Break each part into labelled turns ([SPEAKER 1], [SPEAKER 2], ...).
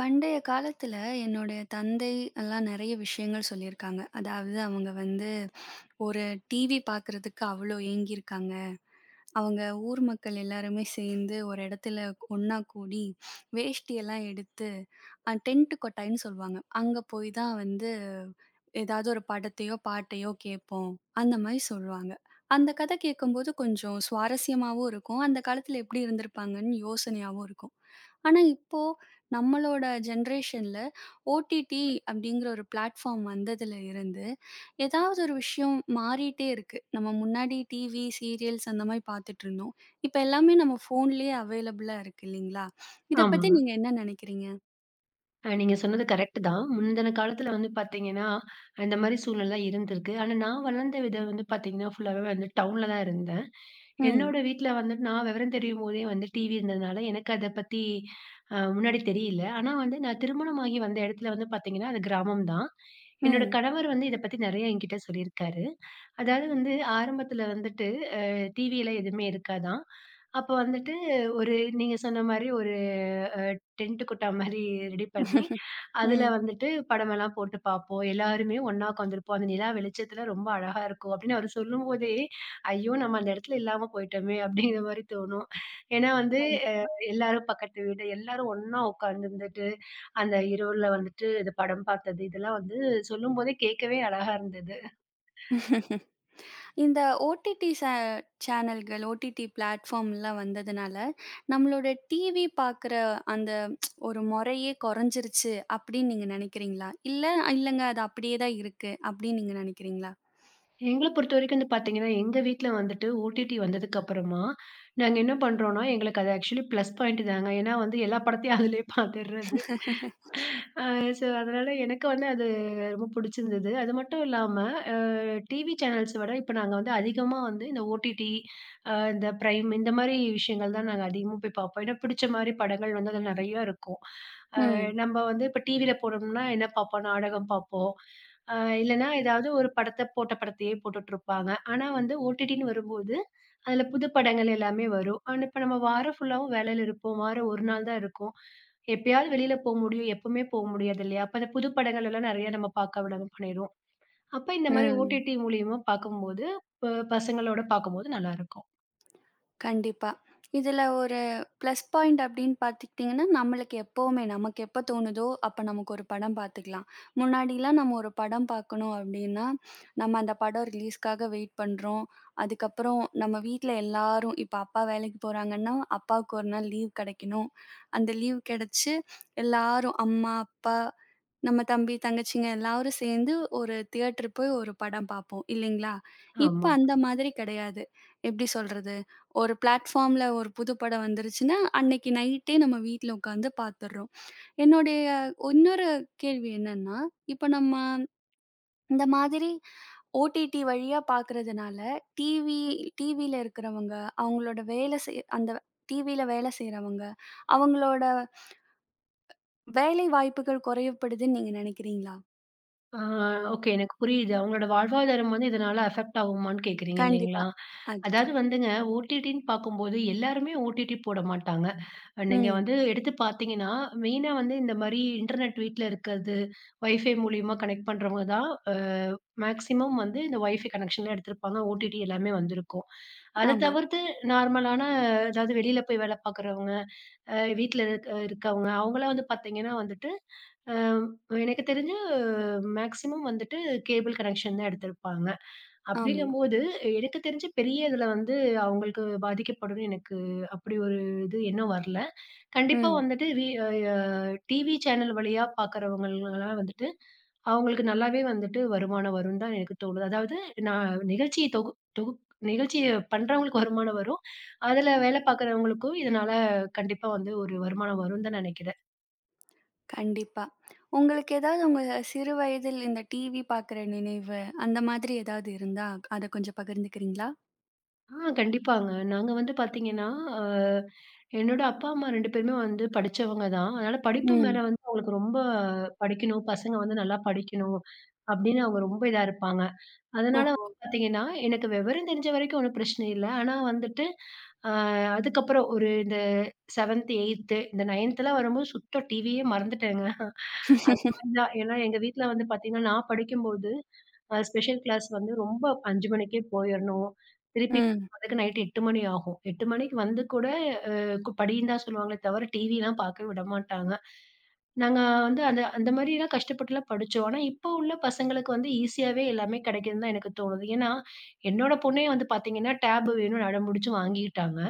[SPEAKER 1] பண்டைய காலத்துல என்னுடைய தந்தை எல்லாம் நெறைய விஷயங்கள் சொல்லியிருக்காங்க. அதாவது அவங்க வந்து ஒரு டிவி பார்க்கறதுக்கு அவ்ளோ ஏங்கியிருக்காங்க. அவங்க ஊர் மக்கள் எல்லாருமே சேர்ந்து ஒரு இடத்துல ஒண்ணா கூடி வேஷ்டியெல்லாம் எடுத்து டென்ட் கொட்டாய்ன்னு சொல்லுவாங்க. அங்க போய் தான் வந்து ஏதாவது ஒரு படத்தையோ, பாட்டையோ கேட்போம். அந்த மாரி சொல்லுவாங்க. அந்த கதை கேட்கும்போது கொஞ்சம் சுவாரஸ்யமாவும் இருக்கும். அந்த காலத்துல எப்படி இருந்திருப்பாங்கன்னு யோசனையாவும் இருக்கும். ஆனா, இப்போ நம்மளோட ஜென்ரேஷன்ல ஓடிடி அப்படிங்கிற ஒரு பிளாட்ஃபார்ம் வந்ததுல இருந்து, ஏதாவது ஒரு விஷயம் மாறிட்டே இருக்கு. நம்ம முன்னாடி டிவி, சீரியல்ஸ் அந்த மாரி பார்த்துட்டு இருந்தோம். இப்ப எல்லாமே நம்ம ஃபோன்லயே அவைலபிளா இருக்கு இல்லைங்களா? இத பத்தி
[SPEAKER 2] ஆமாங்க.
[SPEAKER 1] நீங்க என்ன நினைக்கிறீங்க?
[SPEAKER 2] நீங்க சொன்னது கரெக்ட் தான். முந்தின காலத்துல வந்து பார்த்தீங்கன்னா, இந்த மாரி சூழ்நிலை இருந்திருக்கு. ஆனா நான் வளர்ந்த விதம் வந்து பார்த்தீங்கன்னா, ஃபுல்லாவே வந்து டவுன்ல தான் இருந்தேன்.
[SPEAKER 1] ம்.
[SPEAKER 2] என்னோட வீட்ல வந்துட்டு நான் விவரம் தெரியும்போதே வந்து டிவி இருந்ததுனால, எனக்கு அத பத்தி முன்னாடி தெரியல. ஆனா வந்து நான் திருமணமாகி வந்த இடத்துல வந்து பார்த்தீங்கன்னா, அது கிராமம் தான். என்னோட
[SPEAKER 1] ம்.
[SPEAKER 2] கணவர் வந்து இத பத்தி நெறைய என்கிட்ட சொல்லியிருக்காரு. அதாவது வந்து ஆரம்பத்துல வந்துட்டு டிவியில எதுவுமே இருக்காதாம். அப்ப வந்துட்டு ஒரு நீங்க சொன்ன மாரி ஒரு அ டென்ட் கொட்டா மாரி ரெடி பண்ணி, அதுல வந்துட்டு படமெல்லாம் போட்டு பார்ப்போம். எல்லாருமே ஒண்ணா உட்காந்துருப்போம். அந்த நிலா வெளிச்சத்துல ரொம்ப அழகா இருக்கும் அப்படின்னு அவரு சொல்லும்போதே, ஐயோ! நம்ம அந்த இடத்துல இல்லாம போயிட்டோமே அப்படிங்கிற மாரி தோணும். ஏன்னா வந்து
[SPEAKER 1] ம்.
[SPEAKER 2] அ எல்லாரும் பக்கத்து வீடு, எல்லாரும் ஒண்ணா உட்காந்துருந்துட்டு, அந்த இரவுல வந்துட்டு இது படம் பார்த்தது, இதெல்லாம் வந்து சொல்லும்போதே கேட்கவே அழகா இருந்தது.
[SPEAKER 1] இந்த ஓடிடி சேனல்கள், ஓடிடி பிளாட்ஃபார்ம்லாம் வந்ததுனால, நம்மளோட டிவி பார்க்குற அந்த ஒரு முறையே குறைஞ்சிருச்சு அப்படின்னு நீங்க நினைக்கிறீங்களா? இல்ல, இல்லங்க அது அப்படியே தான் இருக்கு அப்படின்னு நீங்க நினைக்கிறீங்களா?
[SPEAKER 2] எங்கள பொறுத்தவரைக்கும் வந்து பார்த்தீங்கன்னா, எங்க வீட்ல வந்துட்டு ஓடிடி வந்ததுக்கப்புறமா, நாங்க என்ன பண்றோம்னா, எங்களுக்கு அது ஆக்சுவலி ப்ளஸ் பாயிண்ட் தாங்க. ஏன்னா வந்து எல்லா படத்தையும் அதிலயே பார்த்துர்றது. அ ஸோ அதனால எனக்கு வந்து அது ரொம்ப புடிச்சிருந்தது. அது மட்டும் இல்லாம டிவி சேனல்ஸ விட இப்ப நாங்க வந்து அதிகமா வந்து இந்த ஓடிடி, இந்த பிரைம் இந்த மாரி விஷயங்கள் தான் நாங்க அதிகமா போய் பார்ப்போம். ஏன்னா பிடிச்ச மாரி படங்கள் வந்து அதில நெறைய இருக்கும்.
[SPEAKER 1] ம்,
[SPEAKER 2] நம்ம வந்து இப்ப டிவில போடணும்னா என்ன பார்ப்போம்? நாடகம் பார்ப்போம். அ இல்லன்னா ஏதாவது ஒரு படத்த போட்ட படத்தையே போட்டுட்ருப்பாங்க. ஆனா வந்து ஓடிடின்னு வரும்போது, அதுல புது படங்கள் எல்லாமே வரும். ஆனா இப்ப நம்ம வாரம் ஃபுல்லாவும் வேலையில இருப்போம். வாரம் 1 நாள் தான் இருக்கும். எப்பயாவது வெளியில போ முடியும். எப்பவுமே போ முடியாது இல்லையா? அப்ப அந்த புது படங்கள் எல்லாம் நெறைய நம்ம பார்க்க விடாம பண்ணிருவோம். அப்ப இந்த மாரி
[SPEAKER 1] ம்.
[SPEAKER 2] ஓடிடி மூலியமா பார்க்கும்போது, ப பசங்களோட பார்க்கும்போது நல்லாருக்கும்.
[SPEAKER 1] கண்டிப்பா. இதுல ஒரு பிளஸ் பாயிண்ட் அப்படின்னு பார்த்துக்கிட்டிங்கன்னா, நம்மளுக்கு எப்பவுமே நமக்கு எப்ப தோணுதோ, அப்ப நமக்கு ஒரு படம் பார்த்துக்கலாம். முன்னாடிலாம் நம்ம ஒரு படம் பார்க்கணும் அப்படின்னா, நம்ம அந்த படம் ரிலீஸ்க்காக வெயிட் பண்றோம். அதுக்கப்புறம் நம்ம வீட்ல எல்லாரும் இப்ப அப்பா வேலைக்கு போறாங்கன்னா, அப்பாவுக்கு ஒரு நாள் லீவ் கிடைக்கணும். அந்த லீவ் கிடைச்சு எல்லாரும் அம்மா, அப்பா, நம்ம தம்பி, தங்கச்சிங்க எல்லாரும் சேர்ந்து ஒரு தியேட்டர் போய் ஒரு படம் பார்ப்போம் இல்லைங்களா? இப்ப
[SPEAKER 2] ஆமா.
[SPEAKER 1] அந்த மாதிரி கிடையாது. எப்படி சொல்றது? ஒரு பிளாட்ஃபார்ம்ல ஒரு புது படம் வந்துருச்சுன்னா, அன்னைக்கு நைட்டே நம்ம வீட்ல உட்காந்து பார்த்துர்றோம். என்னுடைய இன்னொரு கேள்வி என்னன்னா, இப்ப நம்ம இந்த மாதிரி ஓடிடி வழியா பார்க்கறதுனால, டிவி டிவில இருக்கிறவங்க, அவங்களோட வேலை செய் அந்த டிவில வேலை செய்றவங்க, அவங்களோட வேலை வாய்ப்புகள் குறையப்படுதுன்னு நீங்க நினைக்கிறீங்களா?
[SPEAKER 2] ஆ ஓகே. எனக்கு புரியுது. அவங்களோட வாழ்வாதாரம் வந்து இதனால அஃபெக்ட் ஆகுமான்னு கேட்குறீங்க
[SPEAKER 1] கண்டிப்பா.
[SPEAKER 2] இல்லைங்களா? அதாவது
[SPEAKER 1] அதுதான்.
[SPEAKER 2] வந்துங்க ஓடிடின்னு பார்க்கும்போது எல்லாருமே ஓடிடி போட மாட்டாங்க. நீங்க
[SPEAKER 1] ம்.
[SPEAKER 2] வந்து எடுத்து பார்த்தீங்கன்னா, மெயினா வந்து இந்த மாரி இன்டர்நெட் வீட்ல இருக்கிறது, வைஃபை மூலியமா கனெக்ட் பண்றவங்க தான் மேக்ஸிமம் வந்து இந்த வைஃபை கனெக்ஷன்லாம் எடுத்திருப்பாங்க. ஓடிடி எல்லாமே வந்திருக்கும். அத
[SPEAKER 1] ஆமா,
[SPEAKER 2] தவிர்த்து நார்மலான அதாவது வெளியில போய் வேலை பார்க்குறவங்க, வீட்ல இருக்கவங்க அவங்கலாம் வந்து பார்த்தீங்கன்னா வந்துட்டு, அ எனக்கு தெரிஞ்சு மேக்ஸிமம் வந்துட்டு கேபிள் கனெக்ஷன் தான் எடுத்திருப்பாங்க.
[SPEAKER 1] ஆமா.
[SPEAKER 2] அப்படிங்கும்போது எனக்கு தெரிஞ்சு பெரிய இதுல வந்து அவங்களுக்கு பாதிக்கப்படும்னு எனக்கு அப்படி ஒரு இது எண்ணம் வரல. கண்டிப்பா
[SPEAKER 1] ம்.
[SPEAKER 2] வந்துட்டு வி அ டிவி சேனல் வழியா பார்க்குறவங்கலாம் வந்துட்டு அவங்களுக்கு நல்லாவே வந்துட்டு வருமானம் வரும்னு தான் எனக்கு தோணுது. அதாவது நான் நிகழ்ச்சிய தொகு தொகு நிகழ்ச்சிய பண்றவங்களுக்கு வருமானம் வரும். அதுல வேலை பார்க்குறவங்களுக்கும் இதனால கண்டிப்பா வந்து ஒரு வருமானம் வரும்னு தான் நெனைக்கிறேன்.
[SPEAKER 1] கண்டிப்பா. உங்களுக்கு ஏதாவது உங்க சிறு வயதில் இந்த டிவி பார்க்குற நினைவு, அந்த மாதிரி ஏதாவது இருந்தா, அத கொஞ்சம் பகிர்ந்துக்கிறீங்களா?
[SPEAKER 2] கண்டிப்பாங்க. நாங்க வந்து பார்த்தீங்கன்னா, அ என்னோட அப்பா, அம்மா 2 பேருமே வந்து படிச்சவங்க தான். அதனால படிப்பு மேல
[SPEAKER 1] ம்.
[SPEAKER 2] வந்து அவங்களுக்கு ரொம்ப படிக்கணும், பசங்க வந்து நல்லா படிக்கணும் அப்படின்னு அவங்க ரொம்ப இதா இருப்பாங்க. அதனால வந்து
[SPEAKER 1] ஓஹோ!
[SPEAKER 2] பார்த்தீங்கன்னா, எனக்கு விவரம் தெரிஞ்ச வரைக்கும் ஒண்ணும் பிரச்சனை இல்ல. ஆனா வந்துட்டு, அ அதுக்கப்புறம் ஒரு இந்த செவென்த், 8த் இந்த 9த்லாம் வரும்போது சுத்த டிவியே மறந்துட்டேங்க. அது மாரி தான். ஏன்னா எங்க வீட்ல வந்து பார்த்தீங்கன்னா, நான் படிக்கும்போது ஸ்பெஷல் கிளாஸ் வந்து ரொம்ப 5 மணிக்கே போயிரணும். திருப்பி
[SPEAKER 1] ம்.
[SPEAKER 2] அதுக்கு நைட் 8 மணி ஆகும். 8 மணிக்கு வந்து கூட அ படின்னு தான் சொல்லுவாங்களே தவிர, டிவிலாம் பார்க்க விட மாட்டாங்க. நாங்க வந்து அந்த அந்த மாரிலாம் கஷ்டப்பட்டுலாம் படிச்சோம். ஆனா, இப்போ உள்ள பசங்களுக்கு வந்து ஈஸியாவே எல்லாமே கிடைக்குதுன்னு தான் எனக்கு தோணுது. ஏன்னா, என்னோட பொண்ணே வந்து பார்த்தீங்கன்னா, டேப் வேணும்னு அடம்புடிச்சு வாங்கிட்டாங்க.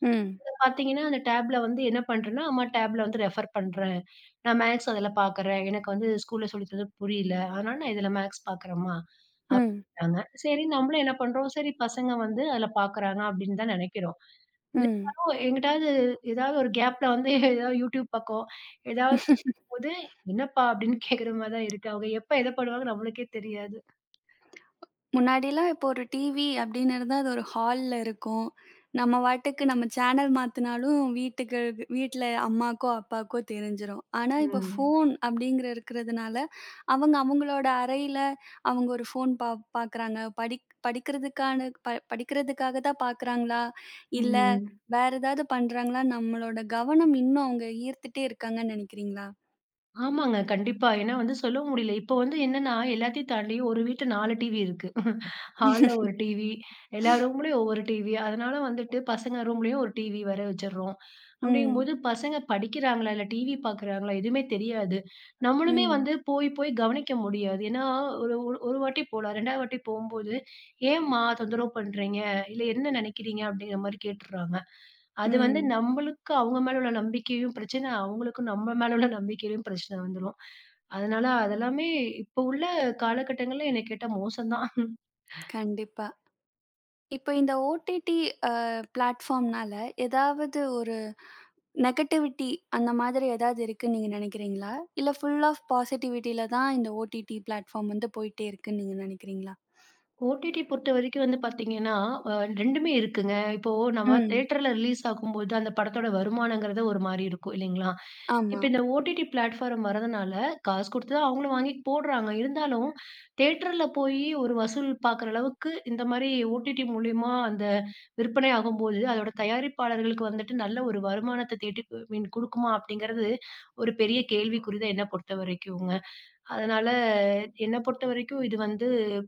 [SPEAKER 1] ம்.
[SPEAKER 2] பாத்தீங்கன்னா, அந்த டேப்ல வந்து என்ன பண்றேன்னா, அம்மா டேப்ல வந்து ரெஃபர் பண்றேன். நான் மேத்ஸ் அதுல பாக்குறேன். எனக்கு வந்து ஸ்கூல்ல சொல்லி தந்தது புரியல. அதனால நான் இதுல மேத்ஸ் பாக்குறேம்மா
[SPEAKER 1] ம்.
[SPEAKER 2] அப்படின்ட்டாங்க. சரி நம்மளும் என்ன பண்றோம், சரி பசங்க வந்து அதுல பாக்குறாங்க அப்படின்னு தான் நெனைக்கிறோம்.
[SPEAKER 1] ம்.
[SPEAKER 2] இருந்தாலும் எங்கிட்டாவது ஏதாவது ஒரு கேப்ல வந்து ஏதாவது YouTube பக்கம் ஏதாவது போது, "என்னப்பா?" அப்படின்னு கேக்குற மாரி தான் இருக்கு. அவங்க எப்ப எத பண்ணுவாங்க நம்மளுக்கே தெரியாது.
[SPEAKER 1] முன்னாடிலாம் இப்போ ஒரு டிவி அப்படின்னு இருந்தா, அது ஒரு ஹால்ல இருக்கும். நம்ம பாட்டுக்கு நம்ம சேனல் மாத்துனாலும் வீட்ல அம்மாக்கோ, அப்பாக்கோ தெரிஞ்சிரும். ஆனா இப்போ
[SPEAKER 2] ம்.
[SPEAKER 1] ஃபோன் அப்படிங்கிற இருக்கிறதுனால, அவங்க அவங்களோட அறையில அவங்க ஒரு ஃபோன் பாக்குறாங்க. படிக்கிறதுக்கான ப படிக்கிறதுக்காக தான் பாக்குறாங்களா? இல்ல
[SPEAKER 2] ம்.
[SPEAKER 1] வேற ஏதாவது பண்றாங்களா? நம்மளோட கவனம் இன்னும் அவங்க ஈர்த்துட்டே இருக்காங்கன்னு நினைக்கிறீங்களா?
[SPEAKER 2] ஆமாங்க. கண்டிப்பா. ஏன்னா வந்து சொல்லவும் முடியல. இப்போ வந்து என்னன்னா, எல்லாத்தையும் தாண்டி ஒரு வீட்ல 4 டிவி இருக்கு. ஹால்ல ஒரு டிவி, எல்லா ரூம்லயும் ஒவ்வொரு டிவி. அதனால வந்துட்டு பசங்க ரூம்லயும் ஒரு டிவி வேற வச்சுடுறோம்.
[SPEAKER 1] ம்.
[SPEAKER 2] அப்படிங்கும்போது பசங்க படிக்கிறாங்களா, இல்ல டிவி பார்க்குறாங்களா எதுவுமே தெரியாது. நம்மளுமே
[SPEAKER 1] ம்.
[SPEAKER 2] வந்து போய் போய் கவனிக்க முடியாது. ஏன்னா ஒரு ஒரு ஒரு வாட்டி போலாம். 2வது வாட்டி போம்போது, "ஏம்மா தொந்தரவு பண்றீங்க? இல்ல என்ன நினைக்கிறீங்க?" அப்படிங்கிற மாரி கேட்டுர்றாங்க. அது வந்து
[SPEAKER 1] ம்.
[SPEAKER 2] நம்பளுக்கு அவங்க மேல உள்ள நம்பிக்கையும் பிரச்சனை, அவங்களுக்கும் நம்ம மேல உள்ள நம்பிக்கையிலயும் பிரச்சனை வந்துரும். அதனால அதெல்லாமே இப்போ உள்ள காலகட்டங்கள்ல என்ன கேட்டா மோசம் தான்.
[SPEAKER 1] கண்டிப்பா. இப்ப இந்த ஓடிடி அ பிளாட்ஃபார்ம்னால ஏதாவது ஒரு நெகட்டிவிட்டி அந்த மாதிரி ஏதாவது இருக்குன்னு நீங்க நினைக்கிறீங்களா? இல்ல ஃபுல் ஆஃப் பாசிட்டிவிட்டில தான் இந்த ஓடிடி பிளாட்ஃபார்ம் வந்து போயிட்டே இருக்குன்னு நீங்க நினைக்கிறீங்களா?
[SPEAKER 2] ஓடிடி பொறுத்தவரைக்கும் வந்து பார்த்தீங்கன்னா, அ 2மே இருக்குங்க. இப்போ நம்ம
[SPEAKER 1] ம்.
[SPEAKER 2] தியேட்டர்ல ரிலீஸ் ஆகும்போது அந்த படத்தோட வருமானங்கிறது ஒரு மாரி இருக்கும் இல்லைங்களா?
[SPEAKER 1] ஆமா.
[SPEAKER 2] இப்ப இந்த ஓடிடி பிளாட்ஃபார்ம் வரதுனால, காசு குடுத்து தான் அவங்களும் வாங்கி போடுறாங்க. இருந்தாலும், தியேட்டர்ல போயி ஒரு வசூல் பாக்குற அளவுக்கு இந்த மாரி ஓடிடி மூலியமா அந்த விற்பனை ஆகும்போது, அதோட தயாரிப்பாளர்களுக்கு வந்துட்டு நல்ல ஒரு வருமானத்த தேடி மீன் குடுக்குமா? அப்படிங்கிறது ஒரு பெரிய கேள்விக்குறி தான் என்ன பொறுத்தவரைக்குங்க. அதனால என்ன பொறுத்தவரைக்கும் இது வந்து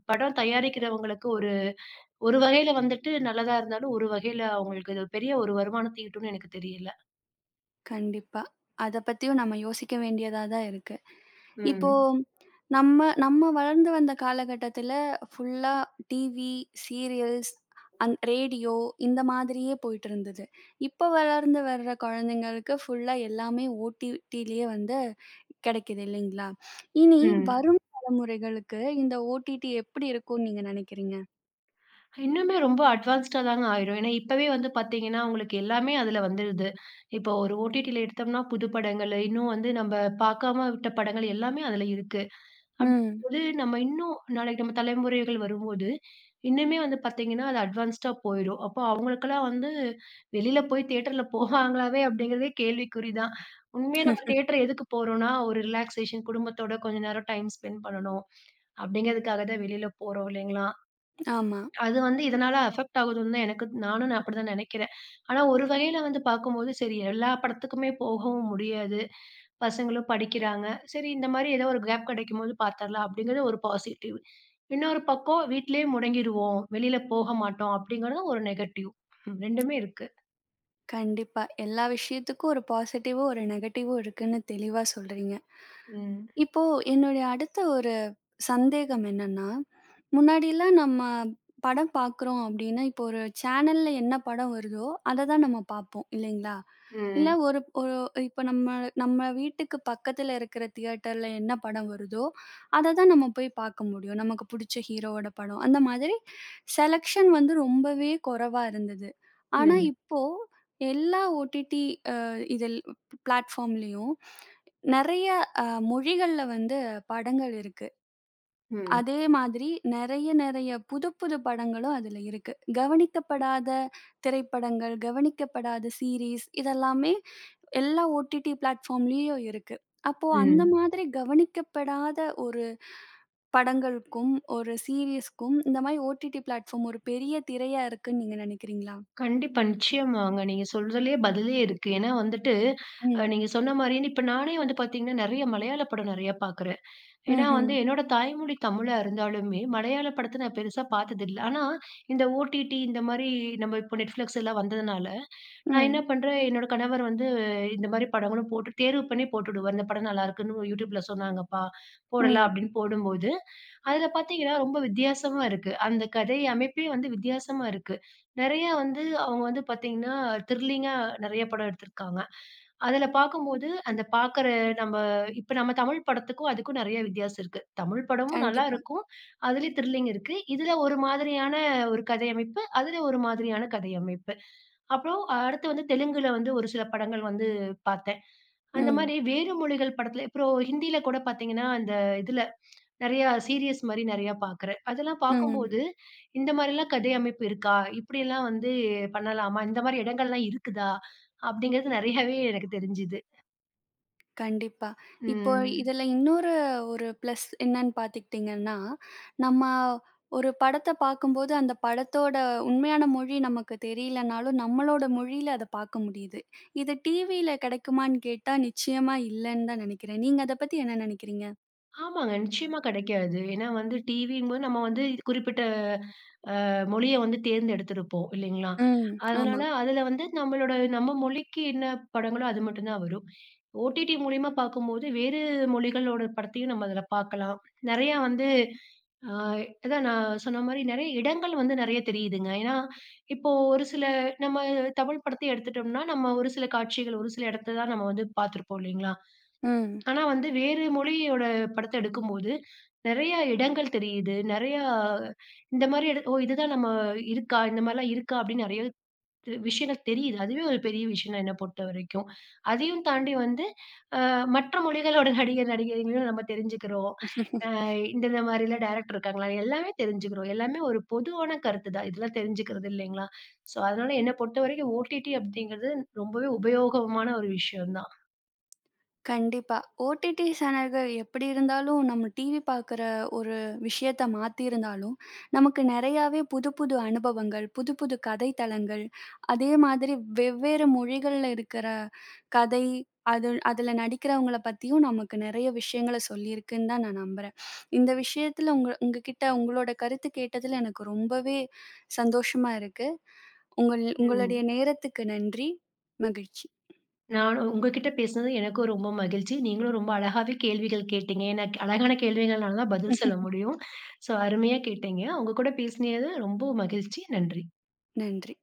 [SPEAKER 2] படம் தயாரிக்கிறவங்களுக்கு ஒரு ஒரு வகையில வந்துட்டு நல்லதா இருந்தாலும், ஒரு வகையில அவங்களுக்கு இது பெரிய ஒரு வருமானத்த ஈட்டும்னு எனக்கு தெரியல.
[SPEAKER 1] கண்டிப்பா. அத பத்தியும் நம்ம யோசிக்க வேண்டியதா தான் இருக்கு. இப்போ
[SPEAKER 2] ம்.
[SPEAKER 1] நம்ம நம்ம வளர்ந்து வந்த காலகட்டத்தில ஃபுல்லா டிவி, சீரியல்ஸ், ரேடியோ இந்த மாதிரியே போயிட்டு இருந்தது. இப்ப வளர்ந்து வர்ற குழந்தைங்களுக்கு ஃபுல்லா எல்லாமே ஓடிடிலயே வந்து கிடைக்குது இல்லைங்களா? இனி
[SPEAKER 2] ம்.
[SPEAKER 1] வரும் தலைமுறைகளுக்கு இந்த ஓடிடி எப்படி இருக்கும்னு நீங்க நினைக்கிறீங்க?
[SPEAKER 2] இன்னுமே ரொம்ப அட்வான்ஸ்டா தாங்க ஆயிரும். ஏன்னா, இப்பவே வந்து பார்த்தீங்கன்னா, உங்களுக்கு எல்லாமே அதில வந்துருது. இப்போ ஒரு ஓடிடில எடுத்தோம்னா, புது படங்கள், இன்னும் வந்து நம்ம பார்க்காம விட்ட படங்கள் எல்லாமே அதில இருக்கு.
[SPEAKER 1] ம்.
[SPEAKER 2] அப்பம்போது நம்ம இன்னும் நாளைக்கு நம்ம தலைமுறைகள் வரும்போது, இன்னுமே வந்து பார்த்தீங்கன்னா, அது அட்வான்ஸ்டா போயிரும். அப்போ அவங்களுக்கெல்லாம் வந்து வெளியில போய் தியேட்டர்ல போவாங்களாவே அப்படிங்கிறதே கேள்விக்குறி தான். உண்மையா நம்ம தியேட்டர் எதுக்கு போறோம்னா, ஒரு ரிலாக்சேஷன் குடும்பத்தோட கொஞ்ச நேரம் டைம் ஸ்பெண்ட் பண்ணணும். அப்படிங்கிறதுக்காக தான் வெளியில போறோம் இல்லைங்களா?
[SPEAKER 1] ஆமா.
[SPEAKER 2] அது வந்து இதனால அஃபெக்ட் ஆகுதுன்னு தான் எனக்கு நான் அப்படிதான் நினைக்கிறேன். ஆனா, ஒரு வகையில வந்து பார்க்கும்போது, சரி எல்லா படத்துக்குமே போகவும் முடியாது. பசங்களும் படிக்கிறாங்க. சரி இந்த மாரி ஏதோ ஒரு கேப் கிடைக்கும்போது பார்த்துரலாம் அப்படிங்கிறது ஒரு பாசிட்டிவ். இன்னொரு பக்கம் வீட்லயே முடங்கிருவோம், வெளியில போக மாட்டோம் அப்படிங்கிறதும் ஒரு நெகட்டிவ். ம் 2மே இருக்கு.
[SPEAKER 1] கண்டிப்பா. எல்லா விஷயத்துக்கும் ஒரு பாசிட்டிவும், ஒரு நெகட்டிவும் இருக்குன்னு தெளிவா சொல்றீங்க.
[SPEAKER 2] ம்.
[SPEAKER 1] இப்போ என்னுடைய அடுத்த ஒரு சந்தேகம் என்னன்னா, முன்னாடிலாம் நம்ம படம் பார்க்குறோம் அப்டின்னா, இப்போ ஒரு சேனல்ல என்ன படம் வருதோ, அத தான் நம்ம பார்ப்போம் இல்லைங்களா? இல்ல
[SPEAKER 2] ம்.
[SPEAKER 1] ஒரு ஒரு இப்ப நம்ம நம்ம வீட்டுக்கு பக்கத்துல இருக்கிற தியேட்டர்ல என்ன படம் வருதோ, அத தான் நம்ம போய் பார்க்க முடியும். நமக்கு புடிச்ச ஹீரோவோட படம். அந்த மாதிரி செலக்ஷன் வந்து ரொம்பவே குறைவா இருந்தது. ஆனா
[SPEAKER 2] ம்.
[SPEAKER 1] இப்போ எல்லா ஓடிடி அ இதில் பிளாட்ஃபார்ம்லயும் நெறைய அ மொழிகள்ல வந்து படங்கள் இருக்கு.
[SPEAKER 2] ம்.
[SPEAKER 1] அதே மாதிரி நெறைய, நெறைய புது, புது படங்களும் அதுல இருக்கு. கவனிக்கப்படாத திரைப்படங்கள், கவனிக்கப்படாத சீரிஸ் இதெல்லாமே எல்லா ஓடிடி பிளாட்ஃபார்ம்லயும் இருக்கு. அப்போ அந்த
[SPEAKER 2] ம்.
[SPEAKER 1] மாதிரி கவனிக்கப்படாத ஒரு படங்களுக்கும், ஒரு சீரிஸ்க்கும் இந்த மாரி ஓடிடி பிளாட்ஃபார்ம் ஒரு பெரிய திரையா இருக்குன்னு நீங்க நினைக்கிறீங்களா?
[SPEAKER 2] கண்டிப்பா, நிச்சயமாங்க. நீங்க சொல்றதுலயே பதிலே இருக்கு. ஏன்னா வந்துட்டு,
[SPEAKER 1] ம்.
[SPEAKER 2] நீங்க சொன்ன மாரியே இப்ப நானே வந்து பார்த்தீங்கன்னா, நெறைய மலையாள படம் நெறைய பார்க்குறேன். ஏன்னா
[SPEAKER 1] ம்ஹ்ம்.
[SPEAKER 2] வந்து என்னோட தாய்மொழி தமிழா இருந்தாலுமே, மலையாள படத்த நான் பெருசா பார்த்ததில்ல. ஆனா, இந்த ஓடிடி இந்த மாரி நம்ம இப்போ Netflix எல்லாம் வந்ததுனால, நான் என்ன
[SPEAKER 1] ம்.
[SPEAKER 2] பண்றேன், என்னோட கணவர் வந்து இந்த மாரி படங்களும் போட்டு தேர்வு பண்ணி போட்டுடுவார். "இந்த படம் நல்லாயிருக்குன்னு YouTubeல சொன்னாங்கப்பா, போடலாம்."
[SPEAKER 1] ம்.
[SPEAKER 2] அப்படின்னு போடும்போது, அதில பார்த்தீங்கன்னா ரொம்ப வித்தியாசமா இருக்கு. அந்த கதை அமைப்பே வந்து வித்தியாசமா இருக்கு. நெறையா வந்து அவங்க வந்து பார்த்தீங்கன்னா, த்ரில்லிங்கா நெறைய படம் எடுத்திருக்காங்க. அதுல பார்க்கும்போது, அந்த பார்க்குற நம்ம இப்ப நம்ம தமிழ் படத்துக்கும், அதுக்கும் நெறைய வித்தியாசம் இருக்கு. தமிழ் படமும் நல்லா
[SPEAKER 1] கண்டிப்பா.
[SPEAKER 2] இருக்கும். அதுலயும் த்ரில்லிங் இருக்கு. இதுல ஒரு மாதிரியான ஒரு கதை அமைப்பு. அதுல ஒரு மாதிரியான கதை அமைப்பு. அப்புறம் அடுத்து வந்து தெலுங்குல வந்து ஒரு சில படங்கள் வந்து பார்த்தேன். அந்த
[SPEAKER 1] ம்.
[SPEAKER 2] மாரி வேறு மொழிகள் படத்துல அப்புறம் ஹிந்தியில கூட பார்த்தீங்கன்னா, அந்த இதுல நெறையா சீரியஸ் மாரி நெறையா பார்க்குறேன். அதெல்லாம்
[SPEAKER 1] ம்.
[SPEAKER 2] பார்க்கும்போது, இந்த மாரிலாம் கதை அமைப்பு இருக்கா? இப்படியெல்லாம் வந்து பண்ணலாமா? இந்த மாரி இடங்கள்லாம் இருக்குதா? அப்படிங்கிறது நெறையாவே எனக்கு தெரிஞ்சுது.
[SPEAKER 1] கண்டிப்பா. இப்போ
[SPEAKER 2] ம்.
[SPEAKER 1] இதுல இன்னொரு ஒரு பிளஸ் என்னன்னு பார்த்துக்கிட்டீங்கன்னா, நம்ம ஒரு படத்த பார்க்கும்போது, அந்த படத்தோட உண்மையான மொழி நமக்கு தெரியலனாலும், நம்மளோட மொழியில அத பார்க்க முடியுது. இது டிவியில கிடைக்குமான்னு கேட்டா, நிச்சயமா இல்லன்னு தான் நெனைக்கிறேன். நீங்க அத பத்தி என்ன நெனைக்கிறீங்க?
[SPEAKER 2] ஆமாங்க. நிச்சயமா கிடைக்காது. ஏன்னா வந்து டிவிங்கும்போது நம்ம வந்து குறிப்பிட்ட மொழிய வந்து தேர்ந்தெடுத்திருப்போம் இல்லைங்களா?
[SPEAKER 1] ம். ஆமா.
[SPEAKER 2] அதனால அதுல வந்து நம்ம மொழிக்கு என்ன படங்களோ அது மட்டும் தான் வரும். ஓடிடி மூலியமா பார்க்கும்போது வேறு மொழிகளோட படத்தையும் நம்ம அதுல பார்க்கலாம். நெறையா வந்து அ அதான் நான் சொன்ன மாரி நெறைய இடங்கள் வந்து நெறைய தெரியுதுங்க. ஏன்னா இப்போ ஒரு சில நம்ம தமிழ் படத்த எடுத்துட்டோம்னா, நம்ம ஒரு சில காட்சிகள், ஒரு சில இடத்த தான் நம்ம வந்து பார்த்துருப்போம் இல்லைங்களா? ஆனா வந்து வேறு மொழியோட படத்த எடுக்கும்போது, நெறையா இடங்கள் தெரியுது. நெறையா இந்த மாரி ஓ! இதுதான் நம்ம இருக்கா? இந்த மாரிலாம் இருக்கா? அப்படின்னு நெறைய விஷயங்கள் தெரியுது. அதுவே ஒரு பெரிய விஷயம் தான் என்ன பொறுத்தவரைக்கும். அதையும் தாண்டி வந்து அ மற்ற மொழிகளோட நடிகர், நடிகைகளையும் நம்ம தெரிஞ்சுக்கிறோம்.
[SPEAKER 1] ம்.
[SPEAKER 2] அ இந்தந்த மாரிலாம் டைரக்டர் இருக்காங்களா? எல்லாமே தெரிஞ்சுக்கிறோம். எல்லாமே ஒரு பொதுவான கருத்து தான். இதெல்லாம் தெரிஞ்சுக்கிறது இல்லைங்களா? ஸோ, அதனால என்ன பொறுத்தவரைக்கும் ஓடிடி அப்படிங்கிறது ரொம்பவே உபயோகமான ஒரு விஷயம் தான்.
[SPEAKER 1] கண்டிப்பா. ஓடிடி சேனல்கள் எப்படி இருந்தாலும், நம்ம டிவி பார்க்குற ஒரு விஷயத்த மாத்தியிருந்தாலும், நமக்கு நெறையாவே புது புது அனுபவங்கள், புது புது கதை தளங்கள், அதே மாதிரி வெவ்வேறு மொழிகள்ல இருக்கிற கதை, அது அதுல நடிக்கிறவங்கள பத்தியும் நமக்கு நெறைய விஷயங்கள சொல்லியிருக்குன்னு தான் நான் நம்புறேன். இந்த விஷயத்துல உங்களோட கருத்து கேட்டதுல எனக்கு ரொம்பவே சந்தோஷமா இருக்கு.
[SPEAKER 2] ம்.
[SPEAKER 1] உங்களுடைய நேரத்துக்கு நன்றி. மகிழ்ச்சி.
[SPEAKER 2] நான் உங்ககிட்ட பேசினது எனக்கும் ரொம்ப மகிழ்ச்சி. நீங்களும் ரொம்ப அழகாவே கேள்விகள் கேட்டீங்க. எனக்கு அழகான கேள்விகள்னால தான் பதில் சொல்ல முடியும். ஸோ அருமையா கேட்டீங்க. உங்க கூட பேசினது ரொம்ப மகிழ்ச்சி. நன்றி.
[SPEAKER 1] நன்றி.